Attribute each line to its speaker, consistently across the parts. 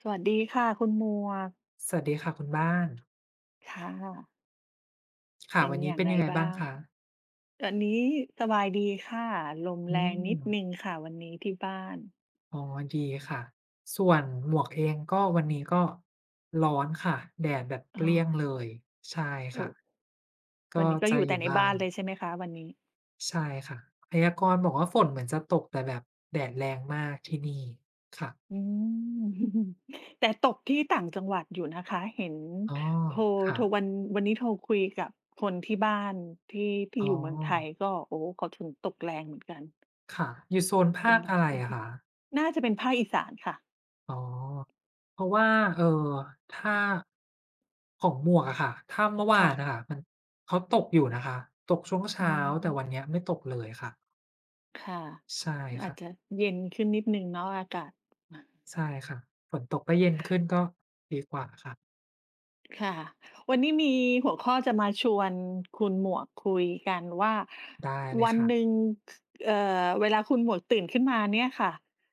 Speaker 1: สวัสดีค่ะคุณหมวก
Speaker 2: สวัสดีค่ะคุณบ้าน
Speaker 1: ค่ะ
Speaker 2: ค่ะ
Speaker 1: เป็น
Speaker 2: วัน
Speaker 1: อ
Speaker 2: นี้
Speaker 1: ย่าง
Speaker 2: เป็น
Speaker 1: ไร
Speaker 2: ยังไงบ้าง
Speaker 1: บ้าง
Speaker 2: คะ
Speaker 1: ตอนนี้สบายดีค่ะลม
Speaker 2: อื
Speaker 1: แรง
Speaker 2: ม
Speaker 1: นิดหนึ่งค่ะวันนี้ที่บ้าน
Speaker 2: อ๋อดีค่ะส่วนหมวกเองก็วันนี้ก็ร้อนค่ะแดดแบบเป
Speaker 1: อ้อ
Speaker 2: รี้ยงเลยใช่
Speaker 1: โอ้
Speaker 2: ค่ะ
Speaker 1: วั
Speaker 2: ก็
Speaker 1: นนี้ก็อ
Speaker 2: จะ
Speaker 1: ยู่
Speaker 2: อ
Speaker 1: แต่
Speaker 2: ยู่
Speaker 1: ใน
Speaker 2: บ้า
Speaker 1: บ้าน
Speaker 2: น
Speaker 1: เลยใช่ไหมคะวันนี้
Speaker 2: ใช่ค่ะพยากรณ์บอกว่าฝนเหมือนจะตกแต่แบบแดดแรงมากที่นี่ค่ะ
Speaker 1: อืม แต่ตกที่ต่างจังหวัดอยู่นะคะเห็น
Speaker 2: อ๋อ
Speaker 1: โทรโทร
Speaker 2: ค่ะ
Speaker 1: วันนี้โทรคุยกับคนที่บ้านที่ที่
Speaker 2: อ๋อ
Speaker 1: อยู่เมืองไทยก็โอ้เขาถึงตกแรงเหมือนกัน
Speaker 2: ค่ะอยู่โซน
Speaker 1: เป็
Speaker 2: ภา
Speaker 1: น
Speaker 2: ค
Speaker 1: บา
Speaker 2: อะ
Speaker 1: ง
Speaker 2: ไร
Speaker 1: พื้น
Speaker 2: อะ
Speaker 1: ที่
Speaker 2: คะ
Speaker 1: น่าจะเป็นภาคอีสานค่ะ
Speaker 2: อ๋อเพราะว่าเอ่อถ้าของหมวกอะค่ะถ้าเมื่อวา
Speaker 1: ค่ะ
Speaker 2: นน่ะค่ะมันเขาตกอยู่นะคะตกช่วง
Speaker 1: อื
Speaker 2: เช้าแต่วันเนี้
Speaker 1: ม
Speaker 2: ยไม่ตกเลยค่ะ
Speaker 1: ค่ะ
Speaker 2: ใช่
Speaker 1: อาจ
Speaker 2: ค่ะ
Speaker 1: จะเย็นขึ้นนิดหนึ่งเนาะอากาศ
Speaker 2: ใช่ค่ะฝนตกก็เย็นขึ้นก็ดีกว่าค่ะ
Speaker 1: ค่ะวันนี้มีหัวข้อจะมาชวนคุณหมวกคุยกันว่า
Speaker 2: ได้เลย
Speaker 1: วันหนึ่ง
Speaker 2: ค่ะ
Speaker 1: เวลาคุณหมวกตื่นขึ้นมาเนี่ยค่ะ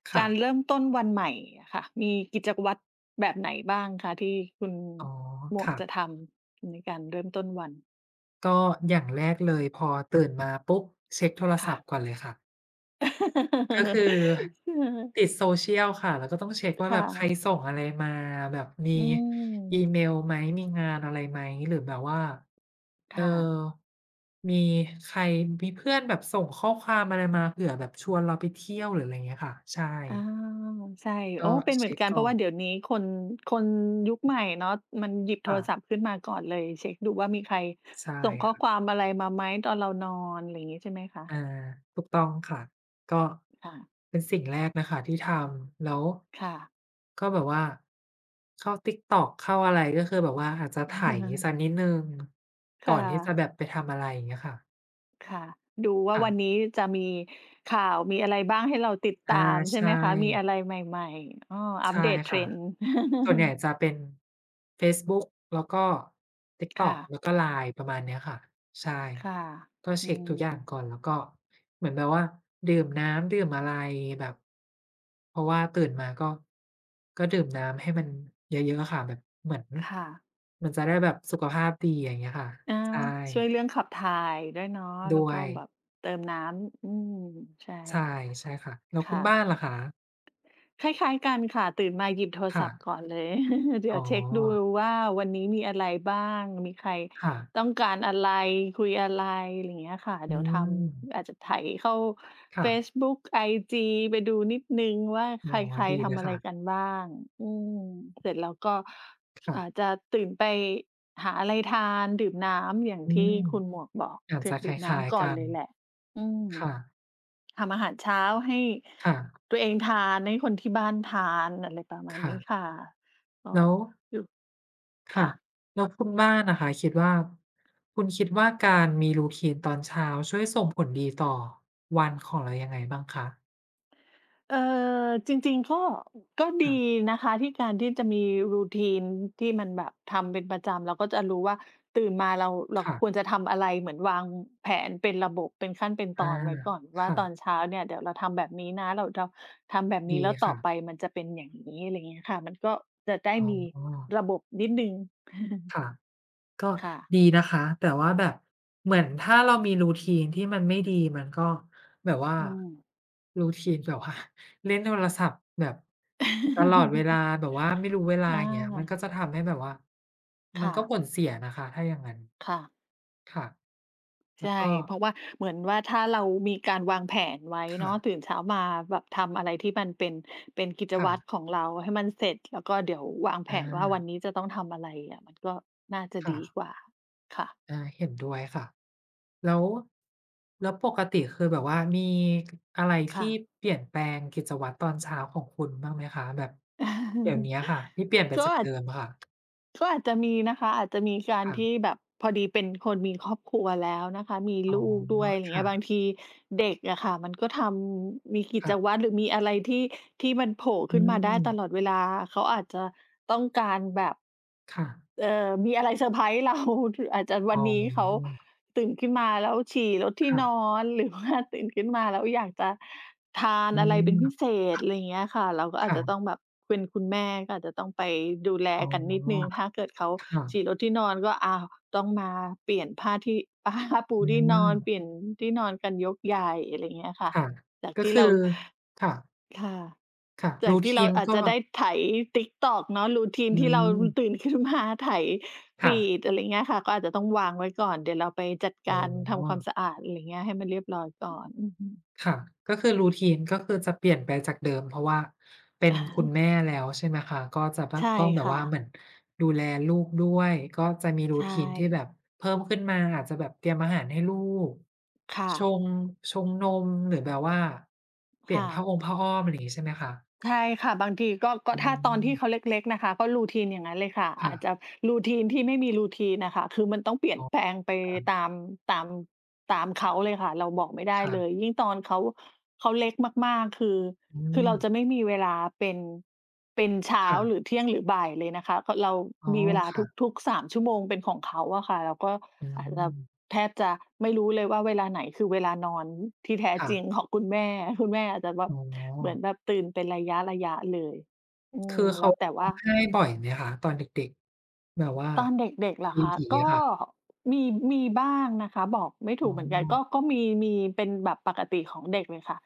Speaker 2: ค่ะ
Speaker 1: การเริ่มต้นวันใหม่อะค่ะมีกิจวัตรแบบไหนบ้างคะที่คุณ
Speaker 2: อ๋อ
Speaker 1: หมวกจะ
Speaker 2: ค่ะ
Speaker 1: ทำในการเริ่มต้นวัน
Speaker 2: ก็อย่างแรกเลยพอตื่นมาปุ๊บเช็กโทรศั
Speaker 1: ค่ะ
Speaker 2: พท์ก่อนเลยค่ะ ก็คือติด social ค่ะแล้วก็ต้องเช็ก ว่าแบ
Speaker 1: ค่ะ
Speaker 2: บใครส่งอะไรมาแบบมี
Speaker 1: อื
Speaker 2: อีเม
Speaker 1: ม
Speaker 2: ลไหมมีงานอะไรไหมหรือแบบว่าเอ่อ
Speaker 1: ค่ะ
Speaker 2: มีใครมีเพื่อนแบบส่งข้อความอะไรมาเผื่อแบบชวนเราไปเที่ยวหรืออะไรอย่างเงี้ยค่ะใช่
Speaker 1: อาใช่โอ้
Speaker 2: ก็
Speaker 1: เป็นเหมือ
Speaker 2: เช็
Speaker 1: น
Speaker 2: ก
Speaker 1: กันเพ
Speaker 2: ก่อ
Speaker 1: ราะ
Speaker 2: น
Speaker 1: ว่าเดี๋ยวนี้คนยุคใหม่เนาะมันหยิบโท
Speaker 2: ค่ะ
Speaker 1: รศัพท์ขึ้นมาก่อนเลยเช็กดูว่ามีใคร
Speaker 2: ใช่
Speaker 1: ส่งข้อควา
Speaker 2: ค่ะ
Speaker 1: มอะไรมาไหมตอนเรานอนอะไรอย่างงี้ใช่ไหมคะ
Speaker 2: อาถูกต้องค่ะก็
Speaker 1: ค่ะ
Speaker 2: เป็นสิ่งแรกนะคะที่ทำแล้ว
Speaker 1: ค่ะ
Speaker 2: ก็แบบว่าเข้า TikTok เข้าอะไรก็คือแบบว่าอาจจะไถสั กนิดหนึ่งก่อน
Speaker 1: ค่ะ
Speaker 2: ที่จะแบบไปทำอะไรอย่างเงี้ยค่ะ
Speaker 1: ค่ะดูว่าวัน
Speaker 2: ค่ะ
Speaker 1: นี้จะมีข่าวมีอะไรบ้างให้เราติด
Speaker 2: อา
Speaker 1: ตามใช่ไห
Speaker 2: ใช่
Speaker 1: มคะมีอะไรใหม่ๆอ้ออัป
Speaker 2: ใช่
Speaker 1: เดต
Speaker 2: ค่ะ
Speaker 1: Trend
Speaker 2: ส่วนใหญ่จะเป็นเฟซบุ๊กแล้วก็ TikTok
Speaker 1: ค่ะ
Speaker 2: แล้วก็ LINE ประมาณเนี้ยค่ะใช่
Speaker 1: ค่ะ
Speaker 2: ก็
Speaker 1: อื
Speaker 2: เช็กทุก
Speaker 1: ม
Speaker 2: อย่างก่อนแล้วก็เหมือนแบบว่าดื่มน้ำดื่มอะไรแบบเพราะว่าตื่นมาก็ดื่มน้ำให้มันเยอะๆอะค่ะแบบเหมือน
Speaker 1: ค่ะ
Speaker 2: มันจะได้แบบสุขภาพดีอย่างเงี้ยค่ะ
Speaker 1: อา
Speaker 2: ใช่
Speaker 1: ช่วยเรื่องขับถ่ายด้วยเนาะแล้ว
Speaker 2: ด้ว
Speaker 1: ก็
Speaker 2: ย
Speaker 1: แบบเติมน้ำอืมใช่
Speaker 2: ใช่ใช่ค่ะแล้วคุณ
Speaker 1: ค่ะ
Speaker 2: บ้านล่ะคะ
Speaker 1: คล้ายๆกันค่ะตื่นมาหยิบโทร
Speaker 2: ค่ะ
Speaker 1: ศัพท์ก่อนเลย เดี๋
Speaker 2: อ๋อ
Speaker 1: ยวเช็คดูว่าวันนี้มีอะไรบ้างมีใคร
Speaker 2: ค่ะ
Speaker 1: ต้องการอะไรคุยอะไรอะไรอย่างเงี้ยค่ะ
Speaker 2: อื
Speaker 1: เดี๋ยวท
Speaker 2: ม
Speaker 1: ำอาจจะไถเข้า
Speaker 2: ค่ะ
Speaker 1: เฟซบุ๊ก IG ไปดูนิดนึงว่าใค
Speaker 2: อ๋อ
Speaker 1: ร
Speaker 2: ดี
Speaker 1: ๆ
Speaker 2: เลย
Speaker 1: ทำอะไร
Speaker 2: ค่ะ
Speaker 1: กันบ้างอืมเสร็จแล้วก็อาจ
Speaker 2: ค่ะ
Speaker 1: จะตื่นไปหาอะไรทานดื่มน้ำอย่าง
Speaker 2: อื
Speaker 1: ที่
Speaker 2: ม
Speaker 1: คุณหมวกบอก
Speaker 2: อาจ
Speaker 1: ถึ
Speaker 2: จะ
Speaker 1: ง
Speaker 2: ค
Speaker 1: ดื่ม
Speaker 2: ล้าย
Speaker 1: น้ำก่
Speaker 2: ๆ
Speaker 1: อ
Speaker 2: กั
Speaker 1: น
Speaker 2: น
Speaker 1: เลยแหละอืม
Speaker 2: ค่ะ
Speaker 1: ทำอาหารเช้าให้
Speaker 2: ค่ะ
Speaker 1: ตัวเองทานให้คนที่บ้านทานอะไรประมาณนี้
Speaker 2: ค่ะ
Speaker 1: ค่ะก็
Speaker 2: แล้ว
Speaker 1: อยู่
Speaker 2: ค่ะ
Speaker 1: ค่ะ
Speaker 2: แล้วคุณบ้านน่ะค่ะคิดว่าคุณคิดว่าการมี routine ตอนเช้าช่วยส่งผลดีต่อวันของเรายังไงบ้างคะ
Speaker 1: เอ่อจริงๆก็ก็ดี
Speaker 2: ค่ะ
Speaker 1: นะคะที่การที่จะมี routine ที่มันแบบทำเป็นประจำเราก็จะรู้ว่าตื่นมาเราควร
Speaker 2: ค่ะ
Speaker 1: จะทำอะไรเหมือนวางแผนเป็นระบบเป็นขั้นเป็นต
Speaker 2: อา
Speaker 1: อนไว้ก่อนว่า
Speaker 2: ค่ะ
Speaker 1: ตอนเช้าเนี่ยเดี๋ยวเราทำแบบนี้นะเราทำแบบนี้
Speaker 2: ดี
Speaker 1: แล้วต่อ
Speaker 2: ค่ะ
Speaker 1: ไปมันจะเป็นอย่างงี้อะไรเงี้ยค่ะมันก็จะได้
Speaker 2: อ๋อ
Speaker 1: มีระบบนิดหนึ่ง
Speaker 2: ค่ะ ก็
Speaker 1: ค่ะ
Speaker 2: ดีนะคะแต่ว่าแบบเหมือนถ้าเรามี routine ที่มันไม่ดีมันก็แบบว่า
Speaker 1: อืม
Speaker 2: routine แบบว่าเล่นโทรศัพท์แบบตลอดเวลา แบบว่าไม่รู้เวลาอ
Speaker 1: อา
Speaker 2: ย่างเงี้ยมันก็จะทำให้แบบว่ามัน
Speaker 1: ค่ะ
Speaker 2: ก็ผลเสียนะคะถ้าอย่างงั้น
Speaker 1: ค่ะ
Speaker 2: ค่ะแล้
Speaker 1: ใช่
Speaker 2: วก็
Speaker 1: เพราะว่าเหมือนว่าถ้าเรามีการวางแผนไว้เนาะตื่
Speaker 2: ค่ะ
Speaker 1: นเช้ามาแบบทำอะไรที่มันเป็น เป็นกิจวัตรข
Speaker 2: ค่ะ
Speaker 1: องเราให้มันเสร็จ แล้วก็เดี๋ยววางแผ
Speaker 2: อา
Speaker 1: นว่าวันนี้จะต้องทำอะไรอะมันก็น่าจะดีก
Speaker 2: ค่ะ
Speaker 1: ว่า ค่ะ
Speaker 2: อาเห็นด้วยค่ะแล้วแล้วปกติคือแบบว่ามีอะไรที่
Speaker 1: ค่ะ
Speaker 2: เปลี่ยนแปลงกิจวัตรตอนเช้าของคุณบ้างไหมคะแบบเดี๋ยวเนี้ยค่ะที่เปลี่ยนไป
Speaker 1: ก็
Speaker 2: จาก
Speaker 1: อา
Speaker 2: เดิ
Speaker 1: จ
Speaker 2: มค่ะ
Speaker 1: ก็อาจจะมีนะคะอาจจะมีการที่
Speaker 2: ค่ะ
Speaker 1: แบบพอดีเป็นคนมีครอบครัวแล้วนะคะมี
Speaker 2: อ๋อ
Speaker 1: ลูกด้วยอะไรเงี้
Speaker 2: ค่ะ
Speaker 1: ยบางทีเด็กอะค่ะมันก็ทำมีกิจ
Speaker 2: ค่ะ
Speaker 1: วัตรหรือมีอะไรที่ที่มันโผล่
Speaker 2: อื
Speaker 1: ขึ้นมาได้
Speaker 2: ม
Speaker 1: ตลอดเวลาเขาอาจจะต้องการแบบ
Speaker 2: ค่ะ
Speaker 1: มีอะไรเซอร์ไพรส์เรา อาจจะ
Speaker 2: อ๋
Speaker 1: วันนี้เขา
Speaker 2: อ
Speaker 1: ตื่นขึ้นมาแล้วฉี่รดที่
Speaker 2: ค่ะ
Speaker 1: นอนหรือว่าตื่นขึ้นมาแล้วอยากจะทาน
Speaker 2: อื
Speaker 1: อะไรเป็นพิเศ
Speaker 2: ม
Speaker 1: ษอะไรอย่างเงี้ยค่ะเราก็อาจ
Speaker 2: ค่ะ
Speaker 1: จะต้องแบบเป็นคุณแม่ก็อาจจะต้องไปดูแล
Speaker 2: อ๋
Speaker 1: กันนิดหนึ่ง
Speaker 2: อ
Speaker 1: ถ้าเกิดเขาฉี่
Speaker 2: ค่ะ
Speaker 1: รดที่นอนก็อ้าวต้องมาเปลี่ยนผ้าที่ ผ้าปู
Speaker 2: อื
Speaker 1: ที่นอ
Speaker 2: ม
Speaker 1: นเปลี่ยนที่นอนกันยกใหญ่อะไรอย่างเงี้ยค่ะ
Speaker 2: ค่ะ
Speaker 1: จาก
Speaker 2: ก็
Speaker 1: ที่
Speaker 2: คื
Speaker 1: เรา
Speaker 2: อค่ะ
Speaker 1: ค่ะ
Speaker 2: ค่ะ
Speaker 1: จากที่เรา
Speaker 2: routine
Speaker 1: อาจ
Speaker 2: ก็
Speaker 1: จะได้ไถ TikTok เนาะ
Speaker 2: อื
Speaker 1: routine ที่เรา
Speaker 2: ม
Speaker 1: ตื่นขึ้นมาไถ
Speaker 2: ค่ะ
Speaker 1: ฟีดอะไรเงี้ยค่ะก็อาจจะต้องวางไว้ก่อนเดี๋ยวเราไปจัดการ
Speaker 2: อ๋อ
Speaker 1: ทำความสะอาดอะไรเงี้ยให้มันเรียบร้อยก่อนอือฮึ
Speaker 2: ค่ะก็คือ routine ก็คือจะเปลี่ยนไปจากเดิมเพราะว่าเป็นคุณแม่แล้วใช่ไหมคะก็จะป
Speaker 1: ใช่
Speaker 2: ต้องแบบ
Speaker 1: ค่ะ
Speaker 2: ว่าเหมือนดูแลลูกด้วยก็จะมี
Speaker 1: ใช่
Speaker 2: routine ที่แบบเพิ่มขึ้นมาอาจจะแบบเตรียมอาหารให้ลูก
Speaker 1: ค่ะ
Speaker 2: ชงชงนมหรือแบบว่าเปลี่ยน
Speaker 1: ค่ะ
Speaker 2: ผ้าองผ้าอ้อมอะไรอย่างงี้ใช่ไหมคะ
Speaker 1: ใช่ค่ะบางทีก็ก็
Speaker 2: อื
Speaker 1: ถ้าตอนที่เขา
Speaker 2: ม
Speaker 1: เล็กๆนะคะก็ routine อย่างนั้นเลยค่ะ
Speaker 2: ค่ะ
Speaker 1: อาจจะ routine ที่ไม่มี routine น่ะค่ะคือมันต้องเปลี่ย
Speaker 2: อ๋
Speaker 1: น
Speaker 2: อ
Speaker 1: แปลงไป
Speaker 2: ค่ะ
Speaker 1: ตามตามตามเขาเลยค่ะเราบอกไม่ได้เลย
Speaker 2: ค่ะ
Speaker 1: ยิ่งตอนเขาเล็กมากๆคือ
Speaker 2: อื
Speaker 1: คือ
Speaker 2: ม
Speaker 1: เราจะไม่มีเวลาเป็นเป็นเช้าหรื
Speaker 2: ค่ะ
Speaker 1: อเที่ยงหรือบ่ายเลยนะคะก็เรา
Speaker 2: อ๋อ
Speaker 1: มีเวลา
Speaker 2: ค่ะ
Speaker 1: ทุกๆ3ชั่วโมงเป็นของเขาอะค่ะเราก็
Speaker 2: อื
Speaker 1: อาจจะ
Speaker 2: ม
Speaker 1: แทบจะไม่รู้เลยว่าเวลาไหนคือเวลานอนที่แท้
Speaker 2: ค่ะ
Speaker 1: จริงของคุณแม่คุณแม่อาจจะแบบ
Speaker 2: อ๋อ
Speaker 1: เหมือนแบบตื่นเป็นระยะๆเลยอืม
Speaker 2: คือเขา
Speaker 1: แล้วแต่
Speaker 2: ร้อ
Speaker 1: ว่า
Speaker 2: งไห้บ่อยไหมคะตอนเด็กๆแบบว่า
Speaker 1: ตอนเด็กๆเหร
Speaker 2: เบ
Speaker 1: อคะ
Speaker 2: บี๋
Speaker 1: ก็
Speaker 2: อะค่ะ
Speaker 1: มีมีบ้างนะคะบอกไม่
Speaker 2: อ๋อ
Speaker 1: ถูกเหมือนกันก็มีเป็นแบบปกติของเด็กเลยค่ะ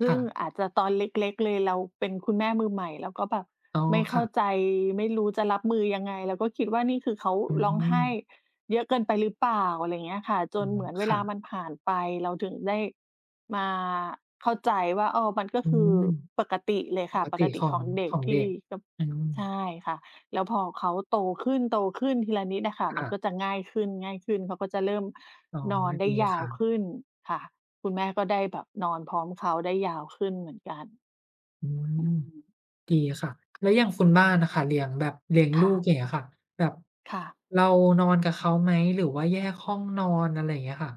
Speaker 1: ซึ่ง
Speaker 2: ค่ะ
Speaker 1: อาจจะตอนเล็กๆเลยเราเป็นคุณแม่มือใหม่แล้วก็แบบ
Speaker 2: อ๋อ
Speaker 1: ไม่
Speaker 2: ค่ะ
Speaker 1: เข้าใจไม่รู้จะรับมือยังไงเราก็คิดว่านี่คือเขา
Speaker 2: อื
Speaker 1: ร้อง
Speaker 2: ม
Speaker 1: ไห้เยอะเกินไปหรือเปล่าอะไรงเงี้ยค่ะจ
Speaker 2: อ๋อ
Speaker 1: นเหมือนเว
Speaker 2: ค่ะ
Speaker 1: ลามันผ่านไปเราถึงได้มาเข้าใจว่าอ๋อมันก็
Speaker 2: อื
Speaker 1: คือ
Speaker 2: ม
Speaker 1: ปกติเลย
Speaker 2: ป
Speaker 1: ค่ะ
Speaker 2: ก
Speaker 1: ป
Speaker 2: ติ
Speaker 1: กติ
Speaker 2: ขอ
Speaker 1: ข
Speaker 2: ง
Speaker 1: องเด็กที่
Speaker 2: เด็ก
Speaker 1: ก
Speaker 2: อืม
Speaker 1: ใช่ค่ะ แล้วพอเขาโตขึ้นโตขึ้นทีละนิดน่ะค่ะมันก็
Speaker 2: ค่ะ
Speaker 1: จะง่ายขึ้นง่ายขึ้นเขาก็จะเริ่ม
Speaker 2: อ๋อ
Speaker 1: นอนได้
Speaker 2: ดี
Speaker 1: ยาวขึ้
Speaker 2: ค่ะ
Speaker 1: นค่ะคุณแม่ก็ได้แบบนอนพร้อมเขาได้ยาวขึ้นเหมือนกัน
Speaker 2: อื
Speaker 1: อื
Speaker 2: ม
Speaker 1: ม
Speaker 2: ดีค่ะแล้วอย่างคุณบ้านน่ะค่ะเลี้ยงแบบเลี้ยงลู
Speaker 1: ค่ะ
Speaker 2: กอย่างเงี้ยค่ะแบบ
Speaker 1: ค่ะ
Speaker 2: เรานอนกับเขาไหมหรือว่าแยกห้องนอนอะไรอย่างเงี้ยค่ะ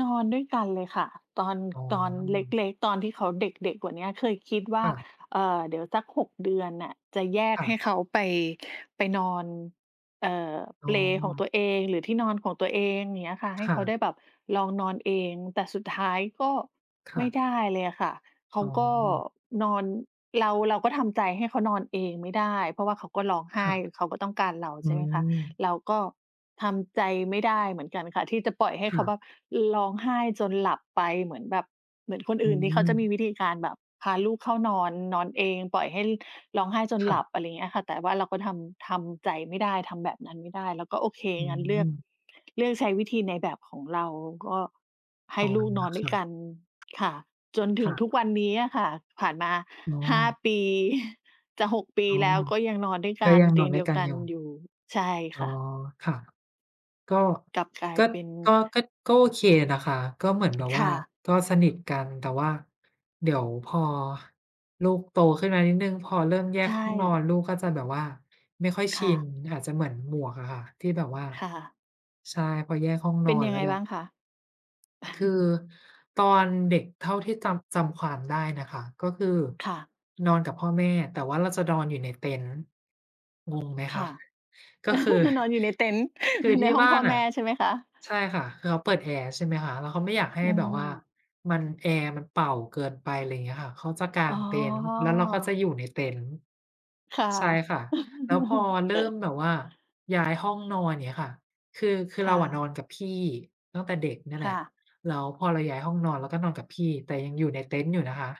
Speaker 1: นอนด้วยกันเลยค่ะตอน
Speaker 2: อ๋
Speaker 1: ตอน
Speaker 2: อ
Speaker 1: เล็กๆตอนที่เขาเด็กๆกว่าเนี้ยเคยคิดว่า
Speaker 2: ค่ะ
Speaker 1: เดี๋ยวสัก6เดือนน่ะจะแยกให้
Speaker 2: ค่ะ
Speaker 1: เขาไปไปนอนเอ่อ
Speaker 2: อ๋
Speaker 1: เป
Speaker 2: อ
Speaker 1: ลของตัวเองหรือที่นอนของตัวเองอย่างเงี้ยค่ะให้เขาได้
Speaker 2: ค่ะ
Speaker 1: แบบลองนอนเองแต่สุดท้ายก็
Speaker 2: ค่ะ
Speaker 1: ไม่ได้เลยอะค่ะเขา
Speaker 2: อ๋
Speaker 1: ก็
Speaker 2: อ
Speaker 1: นอนเราก็ทำใจให้เขานอนเองไม่ได้เพราะว่าเขาก็ร้องไห้
Speaker 2: ค่ะ
Speaker 1: เขาก็ต้องการเรา
Speaker 2: อื
Speaker 1: ใช่ไหมคะ
Speaker 2: ม
Speaker 1: เราก็ทำใจไม่ได้เหมือนกันค่ะที่จะปล่อยให้เขาแบบ
Speaker 2: ค่ะ
Speaker 1: ร้องไห้จนหลับไปเหมือนแบบเหมือนคน
Speaker 2: อื
Speaker 1: อื่นที่เขา
Speaker 2: ม
Speaker 1: จะมีวิธีการแบบพาลูกเข้านอนนอนเองปล่อยให้ร้องไห้จนห
Speaker 2: ค่ะ
Speaker 1: ลับอะไรอย่างเงี้ยค่ะแต่ว่าเราก็ทำใจไม่ได้ทำแบบนั้นไม่ได้เราก็โอเค
Speaker 2: อื
Speaker 1: งั้นเลือก
Speaker 2: ม
Speaker 1: เลือกใช้วิธีในแบบของเราก็ให้
Speaker 2: อ๋อ
Speaker 1: ลูกนอนด้วยกั
Speaker 2: ค่ะ
Speaker 1: นค่ะจนถึงทุก
Speaker 2: ค่ะ
Speaker 1: วันนี้อะค่ะผ่านมา
Speaker 2: อ๋อ
Speaker 1: 5 ปี จะ6ปี
Speaker 2: อ๋อ
Speaker 1: แล้วก็ยังนอนด้วย
Speaker 2: ก็
Speaker 1: กัน
Speaker 2: ยังน
Speaker 1: เตี
Speaker 2: อ
Speaker 1: ย
Speaker 2: น
Speaker 1: ง
Speaker 2: ด้
Speaker 1: เดี
Speaker 2: วย
Speaker 1: ยว
Speaker 2: กัน
Speaker 1: กั
Speaker 2: อ
Speaker 1: น
Speaker 2: ยู่
Speaker 1: อยู่ใช่
Speaker 2: อ๋อ
Speaker 1: ค่ะ
Speaker 2: ค่ะก็
Speaker 1: กลับกลาย
Speaker 2: ก็
Speaker 1: เป็น
Speaker 2: ก็ก็โอเคนะคะก็เหมือนแบบว่า
Speaker 1: ค่ะ
Speaker 2: ก็สนิทกัน แต่ว่าเดี๋ยวพอลูกโตขึ้นมานิดหนึ่งพอเริ่มแยก
Speaker 1: ใช่
Speaker 2: ห้องนอนลูกก็จะแบบว่าไม่ค่อยชิ
Speaker 1: ค่ะ
Speaker 2: นอาจจะเหมือนหมวกอะค่ะที่แบบว่า
Speaker 1: ค่ะ
Speaker 2: ใช่พอแยกห้องน
Speaker 1: เป็
Speaker 2: อ
Speaker 1: น
Speaker 2: น
Speaker 1: ยัง
Speaker 2: แล้ว
Speaker 1: ไง
Speaker 2: แบบ
Speaker 1: บ้างคะ
Speaker 2: คือตอนเด็กเท่าที่จำความได้นะคะก็คือ
Speaker 1: ค่ะ
Speaker 2: นอนกับพ่อแม่แต่ว่าเราจะนอนอยู่ในเต็นท์งงไหมคะ
Speaker 1: ค่ะ
Speaker 2: ก็คือ
Speaker 1: นอนอยู่ในเต็นท์
Speaker 2: คือ
Speaker 1: ใน
Speaker 2: ที่
Speaker 1: ห้อง
Speaker 2: บ้า
Speaker 1: พ่อ
Speaker 2: นน่ะ
Speaker 1: แม่ใช่ไหมคะ
Speaker 2: ใช่ค่ะคือเขาเปิดแอร์ใช่ไหมคะแล้วเขาไม่อยากให้
Speaker 1: อื
Speaker 2: แบบว่า
Speaker 1: ม
Speaker 2: มันแอร์มันเป่าเกินไปอะไรอย่างเงี้ยค่ะเขาจะกา
Speaker 1: อ๋อ
Speaker 2: งเต็นท์แล้วเราก็จะอยู่ในเต็นท์
Speaker 1: ค่ะ
Speaker 2: ใช่ค่ะ แล้วพอเริ่มแบบว่าย้ายห้องนอนอย่างเงี้ยค่ะคือเรา
Speaker 1: ค่ะ
Speaker 2: อะนอนกับพี่ตั้งแต่เด็กเนี่ยแหละ
Speaker 1: ค่ะ
Speaker 2: แล้วพอเราย้ายห้องนอนเราก็นอนกับพี่แต่ยังอยู่ในเต็นท์อยู่นะคะ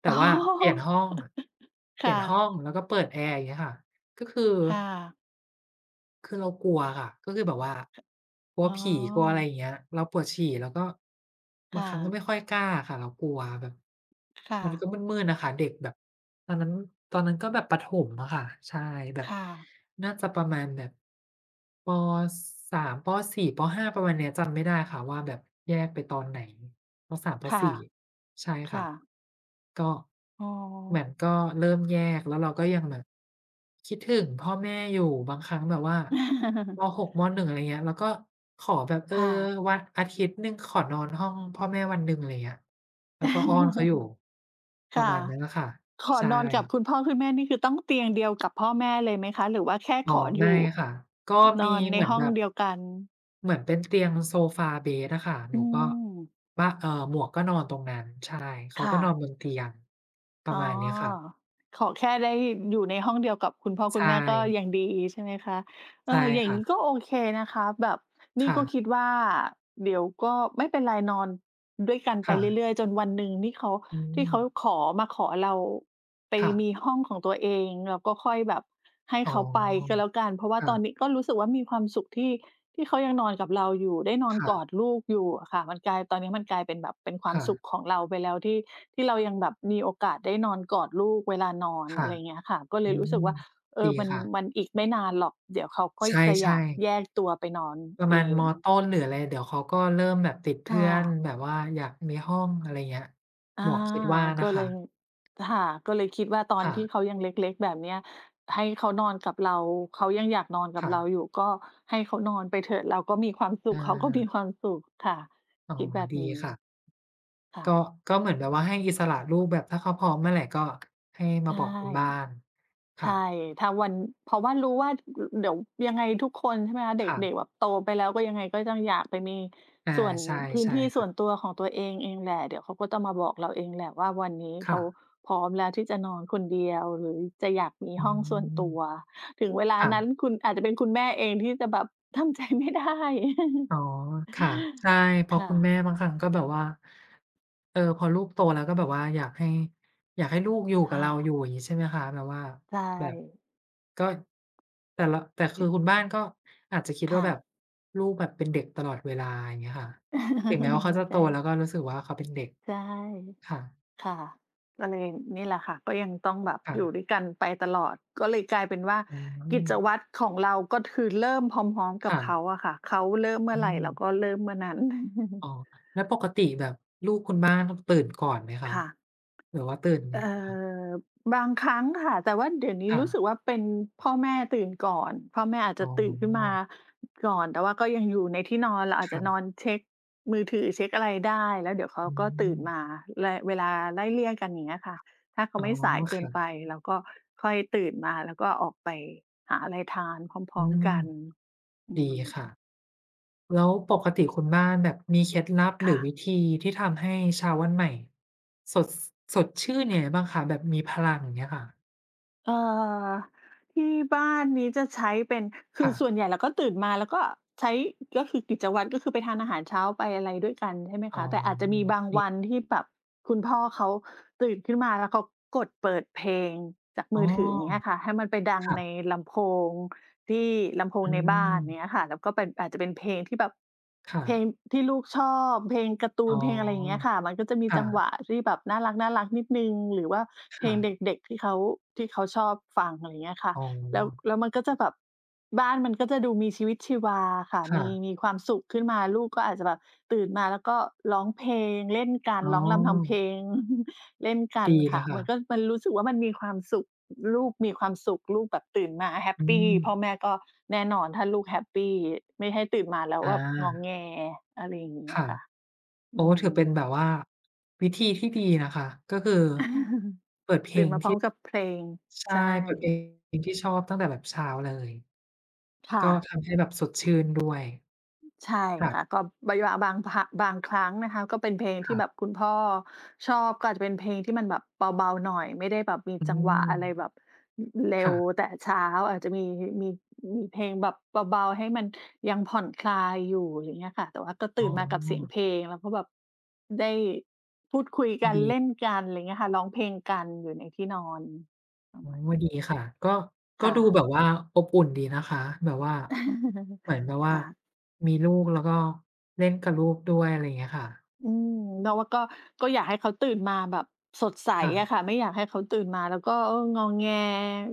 Speaker 2: แต่
Speaker 1: อ๋
Speaker 2: ว่าเปลี่ยน
Speaker 1: อ
Speaker 2: ห้อง
Speaker 1: ค่ะ
Speaker 2: แล้วก็เปิดแอร์อย่างเงี้ยค่ะก็คือ
Speaker 1: ค่ะ
Speaker 2: คือเรากลัวค่ะก็แบบว่ากลัว
Speaker 1: อ๋
Speaker 2: ผีกลัวอะไร
Speaker 1: อ
Speaker 2: อย่างเงี้ยเราปวดฉี่แล้วก็บาง
Speaker 1: ค่ะ
Speaker 2: ครั้งก็ไม่ค่อยกล้าค่ะเรากลัวแบบ
Speaker 1: ค่ะ
Speaker 2: มันก็มืดๆน่ะค่ะเด็กแบบตอนนั้นตอนนั้นก็แบบประถมอะค่ะใช่แบบ
Speaker 1: ค่ะ
Speaker 2: น่าจะประมาณแบบปสามป4ปห้าประมาณเนี้ยจำไม่ได้ค่ะว่าแบบแยกไปตอนไหนปสามป
Speaker 1: ค่ะ
Speaker 2: สี่ใช่ค่ะ
Speaker 1: ค่ะ
Speaker 2: ก็
Speaker 1: อ๋อ
Speaker 2: เหมือนก็เริ่มแยกแล้วเราก็ยังแบบคิดถึงพ่อแม่อยู่บางครั้งแบบว่าม 6มหนึ่งอะไรเงี้ยเราก็ขอแบบ
Speaker 1: ค่ะ
Speaker 2: วันอาทิตย์หนึ่งขอนอนห้องพ่อแม่วันหนึ่งอะไรเงี้ยเราก็อ้อนเขาอยู่ ประ
Speaker 1: ค่ะ
Speaker 2: มาณนั้นน่ะค่ะ
Speaker 1: ขอน
Speaker 2: ใช่
Speaker 1: อนกับคุณพ่อคุณแม่นี่คือต้องเตียงเดียวกับพ่อแม่เลยไหมคะหรือว่าแค่
Speaker 2: อ๋อ
Speaker 1: ขออ
Speaker 2: ไม่
Speaker 1: ยู่
Speaker 2: ค่ะก็
Speaker 1: น
Speaker 2: มี
Speaker 1: อนใน
Speaker 2: เหมือน
Speaker 1: ห้อ
Speaker 2: แบ
Speaker 1: ง
Speaker 2: บ
Speaker 1: เดียวกัน
Speaker 2: เหมือนเป็นเตียงโซฟาเบดอะค่ะหนู
Speaker 1: อื
Speaker 2: ก็
Speaker 1: ม
Speaker 2: บ้าเอ่อหมวกก็นอนตรงนั้นใช่เขาก็
Speaker 1: ค่ะ
Speaker 2: นอนบนเตียงป
Speaker 1: อ๋
Speaker 2: ระ
Speaker 1: อ
Speaker 2: มาณเนี้ยค่ะ
Speaker 1: ขอแค่ได้อยู่ในห้องเดียวกับคุณพ่อคุณ
Speaker 2: ใช่
Speaker 1: แม่ก็ยังดีใช่ไหมคะเออ
Speaker 2: ใช่
Speaker 1: อย่างนี้ก็
Speaker 2: ค่ะ
Speaker 1: โอเคนะคะแบบนี่
Speaker 2: ค่ะ
Speaker 1: ก็คิดว่าเดี๋ยวก็ไม่เป็นไรนอนด้วยกันไปเรื่อ
Speaker 2: ค่ะ
Speaker 1: ยๆจนวันหนึ่งนี่เขา
Speaker 2: อื
Speaker 1: ที่
Speaker 2: ม
Speaker 1: เขาขอมาขอเราไป
Speaker 2: ค่ะ
Speaker 1: มีห้องของตัวเองเราก็ค่อยแบบให้
Speaker 2: อ๋อ
Speaker 1: เขาไปก็แล้วกันเพราะว่า
Speaker 2: ค่ะ
Speaker 1: ตอนนี้ก็รู้สึกว่ามีความสุขที่ที่เขายังนอนกับเราอยู่ได้นอน
Speaker 2: ค่ะ
Speaker 1: กอดลูกอยู่อะค่ะมันกลายตอนนี้มันกลายเป็นแบบเป็นความ
Speaker 2: ค่ะ
Speaker 1: สุขของเราไปแล้วที่ที่เรายังแบบมีโอกาสได้นอนกอดลูกเวลานอน
Speaker 2: ค่ะ
Speaker 1: อะไรเงี้ยค่ะก็เล
Speaker 2: อื
Speaker 1: ยรู้สึก
Speaker 2: ม
Speaker 1: ว่าเออ
Speaker 2: ดี
Speaker 1: มัน
Speaker 2: ค่ะ
Speaker 1: มันอีกไม่นานหรอกเดี๋ยวเขาก็
Speaker 2: ใ
Speaker 1: จะอ
Speaker 2: ช่
Speaker 1: ยาก
Speaker 2: ๆ
Speaker 1: แยกตัวไปนอน
Speaker 2: ประ
Speaker 1: เอ
Speaker 2: มาณม
Speaker 1: ง
Speaker 2: ต้นหรืออะไร เดี๋ยวเขาก็เริ่มแบบติดเพื่
Speaker 1: ค่ะ
Speaker 2: อนแบบว่าอยากมีห้องอะไรเงี้ย
Speaker 1: อา
Speaker 2: หมวกคิดว่า
Speaker 1: ก็
Speaker 2: นะ
Speaker 1: เล
Speaker 2: คะ
Speaker 1: ยค่ะก็เลยคิดว่าตอนที่
Speaker 2: ค่ะ
Speaker 1: เขายังเล็กๆแบบเนี้ยให้เขานอนกับเราเขายังอยากนอนกับ
Speaker 2: ค่ะ
Speaker 1: เราอยู่ก็ให้เขานอนไปเถอะเราก็มีความสุข
Speaker 2: อา
Speaker 1: เขาก็มีความสุขค่ะ
Speaker 2: อ๋อ
Speaker 1: คิดแบบ
Speaker 2: ดีค่ะ
Speaker 1: นี้ค่ะ
Speaker 2: ก็ก็เหมือนแบบว่าให้อิสระลูกแบบถ้าเขาพร้อมเมื่อไหร่ก็ให้มา
Speaker 1: ใช่
Speaker 2: บอกคุณบ้านค่ะ
Speaker 1: ใช่ถ้าวันเพราะว่ารู้ว่าเดี๋ยวยังไงทุกคนใช่ไหมคะเด
Speaker 2: ค่ะ
Speaker 1: ็กๆแบบโตไปแล้วก็ยังไงก็ต้องอยากไปมี
Speaker 2: อา
Speaker 1: ส่วน
Speaker 2: ใช่
Speaker 1: พื้น
Speaker 2: ใช่
Speaker 1: ที่ส่
Speaker 2: ค่ะ
Speaker 1: วนตัวของตัวเองเองแหละเดี๋ยวเขาก็จะมาบอกเราเองแหละว่าวันนี้
Speaker 2: ค่ะ
Speaker 1: เขาพร้อมแล้วที่จะนอนคนเดียวหรือจะอยากมี
Speaker 2: อื
Speaker 1: ห้องส่วน
Speaker 2: ม
Speaker 1: ตัวถึงเวลา
Speaker 2: ค่ะ
Speaker 1: นั้นคุณอาจจะเป็นคุณแม่เองที่จะแบบทำใจไม่ได้
Speaker 2: อ๋อค่ะใช่เพ ราะคุณแม่
Speaker 1: ค่ะ
Speaker 2: บางครั้งก็แบบว่าพอลูกโตแล้วก็แบบว่าอยากให้ลูกอยู่กับ
Speaker 1: ค่ะ
Speaker 2: เราอยู่อย่างงี้ใช่ไหมคะแบบว่า
Speaker 1: ใช่
Speaker 2: แบบ
Speaker 1: ย
Speaker 2: ก็แต่ละแต่คือคุณบ้านก็อาจจะคิดว่า
Speaker 1: ค่ะ
Speaker 2: แบบลูกแบบเป็นเด็กตลอดเวลาอย่างเงี้ยค่ะถึงแม้ว่าเขาจะโต
Speaker 1: ใช่
Speaker 2: แล้วก็รู้สึกว่าเขาเป็นเด็ก
Speaker 1: ใช่
Speaker 2: ค่ะ
Speaker 1: ค่ะก็เลยนี่แหละค่ะก็ยังต้องแบบอยู่ด้
Speaker 2: ค่ะ
Speaker 1: วยกันไปตลอดก็เลยกลายเป็นว่า
Speaker 2: อื
Speaker 1: กิ
Speaker 2: ม
Speaker 1: จวัตรของเราก็คือเริ่มพร้อมๆกับเขา
Speaker 2: ค่ะ
Speaker 1: อะค่ะเขาเริ่มเมื่
Speaker 2: อื
Speaker 1: อไร
Speaker 2: ม
Speaker 1: เราก็เริ่มเมื่อนั้น
Speaker 2: อ๋อ แล้วปกติแบบลูกคุณบ้านตื่นก่อนไหมคะ
Speaker 1: ค่ะ
Speaker 2: หรือว่าตื่น
Speaker 1: เอ่
Speaker 2: ยังไงคะ
Speaker 1: อบางครั้งค่ะแต่ว่าเดี๋ยวนี้รู้สึก
Speaker 2: ค่ะ
Speaker 1: ว่าเป็นพ่อแม่ตื่นก่อนพ่อแม่อาจ
Speaker 2: อ๋
Speaker 1: จะ
Speaker 2: อ
Speaker 1: ตื่นขึ้นมาก่อนแต่ว่าก็ยังอยู่ในที่นอนเราอาจจะนอน
Speaker 2: ค่ะ
Speaker 1: เช็กมือถือเช็กอะไรได้แล้วเดี๋ยวเขา
Speaker 2: อื
Speaker 1: ก็
Speaker 2: ม
Speaker 1: ตื่นมาไล่เวลาไล่เลี่ยกันอย่างเงี้ยค่ะถ้าเขา
Speaker 2: อ๋อ
Speaker 1: ไม่สายเกินไป
Speaker 2: ค่ะ
Speaker 1: เราก็ค่อยตื่นมาแล้วก็ออกไปหาอะไรทานพ
Speaker 2: อื
Speaker 1: ร้อมๆ
Speaker 2: ม
Speaker 1: กันอื
Speaker 2: ดีค่ะ
Speaker 1: ม
Speaker 2: แล้วปกติคุณบ้านแบบมีเคล็ดลับหรือ
Speaker 1: ค่ะ
Speaker 2: วิธีที่ทำให้เช้าวันใหม่สดชื่นยังไงบ้างคะแบบมีพลังอย่างเงี้ยค่ะ
Speaker 1: เอ่อที่บ้านนี้จะใช้เป็นคือ
Speaker 2: ค่ะ
Speaker 1: ส่วนใหญ่เราก็ตื่นมาแล้วก็ใช้ก็คือกิจวัตรก็คือไปทานอาหารเช้าไปอะไรด้วยกันใช่ไหม
Speaker 2: อ๋
Speaker 1: คะแต่อาจจะมี
Speaker 2: อ
Speaker 1: บางวันที่แบบคุณพ่อเขาตื่นขึ้นมาแล้วเขากดเปิดเพลงจาก
Speaker 2: อ๋
Speaker 1: มื
Speaker 2: อ
Speaker 1: อถืออย่างเงี้ยค่ะให้มันไปดังใน
Speaker 2: ค่ะ
Speaker 1: ลำโพง ที่ลำโพง
Speaker 2: อื
Speaker 1: ในบ้า
Speaker 2: ม
Speaker 1: นเนี้ยค่ะแล้วก็เป็นอาจจะเป็นเพลงที่แบบ
Speaker 2: ค่ะ
Speaker 1: เพลงที่ลูกชอบเพลงการ์ตู
Speaker 2: อ๋
Speaker 1: นเพลงอะไรอย่างเงี้ย
Speaker 2: อ
Speaker 1: ค่ะมันก็จะมีจังหวะ
Speaker 2: ค่ะ
Speaker 1: ที่แบบน่ารักๆนิดหนึ่งหรือว่าเพลงเ
Speaker 2: ค่ะ
Speaker 1: ด็กๆที่เขาชอบฟังอะไรอย่างเงี้ยค่ะ
Speaker 2: อ๋อ
Speaker 1: แล้วมันก็จะแบบบ้านมันก็จะดูมีชีวิตชีวาค่ะมี
Speaker 2: ค่ะ
Speaker 1: มีความสุขขึ้นมาลูกก็อาจจะแบบตื่นมาแล้วก็ร้องเพลงเล่นกัน
Speaker 2: อ๋อ
Speaker 1: ร้องรำทำเพลง เล่นกัน
Speaker 2: ดีแล้
Speaker 1: ค่ะ
Speaker 2: ว
Speaker 1: มั
Speaker 2: ค่ะ
Speaker 1: นก็มันรู้สึกว่ามันมีความสุข ลูกมีความสุขลูกแบบตื่นมาแฮป
Speaker 2: อื
Speaker 1: ปี
Speaker 2: ม
Speaker 1: พ่อแม่ก็แน่นอนถ้าลูกแฮปปีไม่ให้ตื่นมาแล้ว
Speaker 2: อ
Speaker 1: แบบงอ
Speaker 2: า
Speaker 1: แงอะไรอย่างเงี้ย
Speaker 2: ค่ะ
Speaker 1: ค่ะอื
Speaker 2: โอ้ถือ
Speaker 1: ม
Speaker 2: เป็นแบบว่าวิธีที่ดีนะคะก็คือเปิดเพ ล
Speaker 1: ตื่น
Speaker 2: ง
Speaker 1: มาพร้อ
Speaker 2: ที่
Speaker 1: มกับเพลง
Speaker 2: ใช่
Speaker 1: ใช่
Speaker 2: เปิดเพลงที่ชอบตั้งแต่แบบเช้าเลย
Speaker 1: ค่ะ
Speaker 2: ก็ทำให้แบบสดชื่นด้วย
Speaker 1: ใช่ค่ะ
Speaker 2: ค่ะ
Speaker 1: ก็บางบางครั้งนะคะก็เป็นเพลงที่แบบ
Speaker 2: ค่ะ
Speaker 1: คุณพ่อชอบก็อาจจะเป็นเพลงที่มันแบบเบาๆหน่อยไม่ได้แบบมี
Speaker 2: อื
Speaker 1: จังหวะ
Speaker 2: ม
Speaker 1: อะไรแบบอเร็ว
Speaker 2: ค่ะ
Speaker 1: แต่เช้าอาจจะมีมีเพลงแบบเบาๆให้มันยังผ่อนคลายอยู่อย่างเงี้ยค่ะแต่ว่าก็
Speaker 2: อ๋
Speaker 1: ตื่นมากับเสียง
Speaker 2: อ
Speaker 1: เพลงแล้วก็แบบได้พูดคุยกันเล่น
Speaker 2: ดี
Speaker 1: กันอะไรเงี้ยค่ะร้องเพลงกันอยู่ในที่นอนประ
Speaker 2: อ๋
Speaker 1: มาณ
Speaker 2: อ
Speaker 1: นี้
Speaker 2: ดีค่ะก็ก็
Speaker 1: ค่ะ
Speaker 2: ดูแบบว่าอบอุ่นดีนะคะแบบว่าเหมือน แบบว่า
Speaker 1: ค่ะ
Speaker 2: มีลูกแล้วก็เล่นกับลูกด้วยอะไรอย่างเงี้ยค่ะ
Speaker 1: อืมเราว่าก็อยากให้เขาตื่นมาแบบสดใส
Speaker 2: ค่ะ
Speaker 1: อะค่ะไม่อยากให้เขาตื่นมาแล้วก็เอองอแง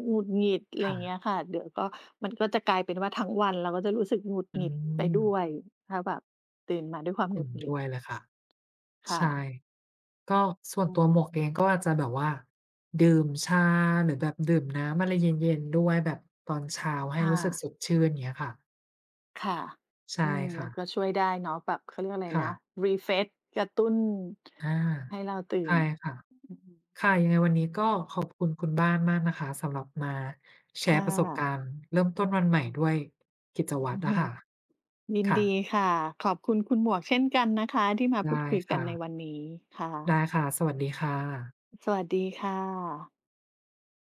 Speaker 1: หงุดหงิดอะไรอ
Speaker 2: ค่ะ
Speaker 1: ย่างเงี้ยค่ะเดี๋ยวก็มันก็จะกลายเป็นว่าทั้งวันเราก็จะรู้สึกหงุด
Speaker 2: อื
Speaker 1: หงิดไป
Speaker 2: ม
Speaker 1: ด้วยถ้าแบบตื่นมาด้วยความห
Speaker 2: เห็
Speaker 1: งุ
Speaker 2: น
Speaker 1: ดหงิ
Speaker 2: ด้วย
Speaker 1: ด
Speaker 2: เลยค่ะ
Speaker 1: ค่ะ
Speaker 2: ใช่ ก็ส่วน
Speaker 1: อื
Speaker 2: ตัว
Speaker 1: ม
Speaker 2: หมวกเองก็อาจจะแบบว่าดื่มชาหรือแบบดื่มน้ำอะไรเย็นๆด้วยแบบตอนเช้าให้
Speaker 1: ค่ะ
Speaker 2: รู้สึกสดชื่นอย่างเงี้ยค่ะ
Speaker 1: ค่ะ
Speaker 2: ใช่
Speaker 1: อืมมั
Speaker 2: ค่ะ
Speaker 1: นก็ช่วยได้เนาะแบบเขาเรียกอะไร
Speaker 2: ค่ะ
Speaker 1: นะรีเฟ e กระตุ้น
Speaker 2: อา
Speaker 1: ให้เราตื่
Speaker 2: ใช่
Speaker 1: น
Speaker 2: ค่ะ
Speaker 1: อืม
Speaker 2: ค่ะยังไงวันนี้ก็ขอบคุณคุณบ้านมากนะคะสำหรับมาแชร์
Speaker 1: ค่ะ
Speaker 2: ประสบการณ์เริ่มต้นวันใหม่ด้วยกิจวัตรอะค่ะ
Speaker 1: ยินดี
Speaker 2: ค่ะ
Speaker 1: ค่ะขอบคุณคุณหมวกเช่นกันนะคะที่มาพูด
Speaker 2: ได้
Speaker 1: คุยกัน
Speaker 2: ค่ะ
Speaker 1: ในวันนี้ค่ะ
Speaker 2: ได้ค่ะสวัสดีค่ะ
Speaker 1: สวัสดีค่ะ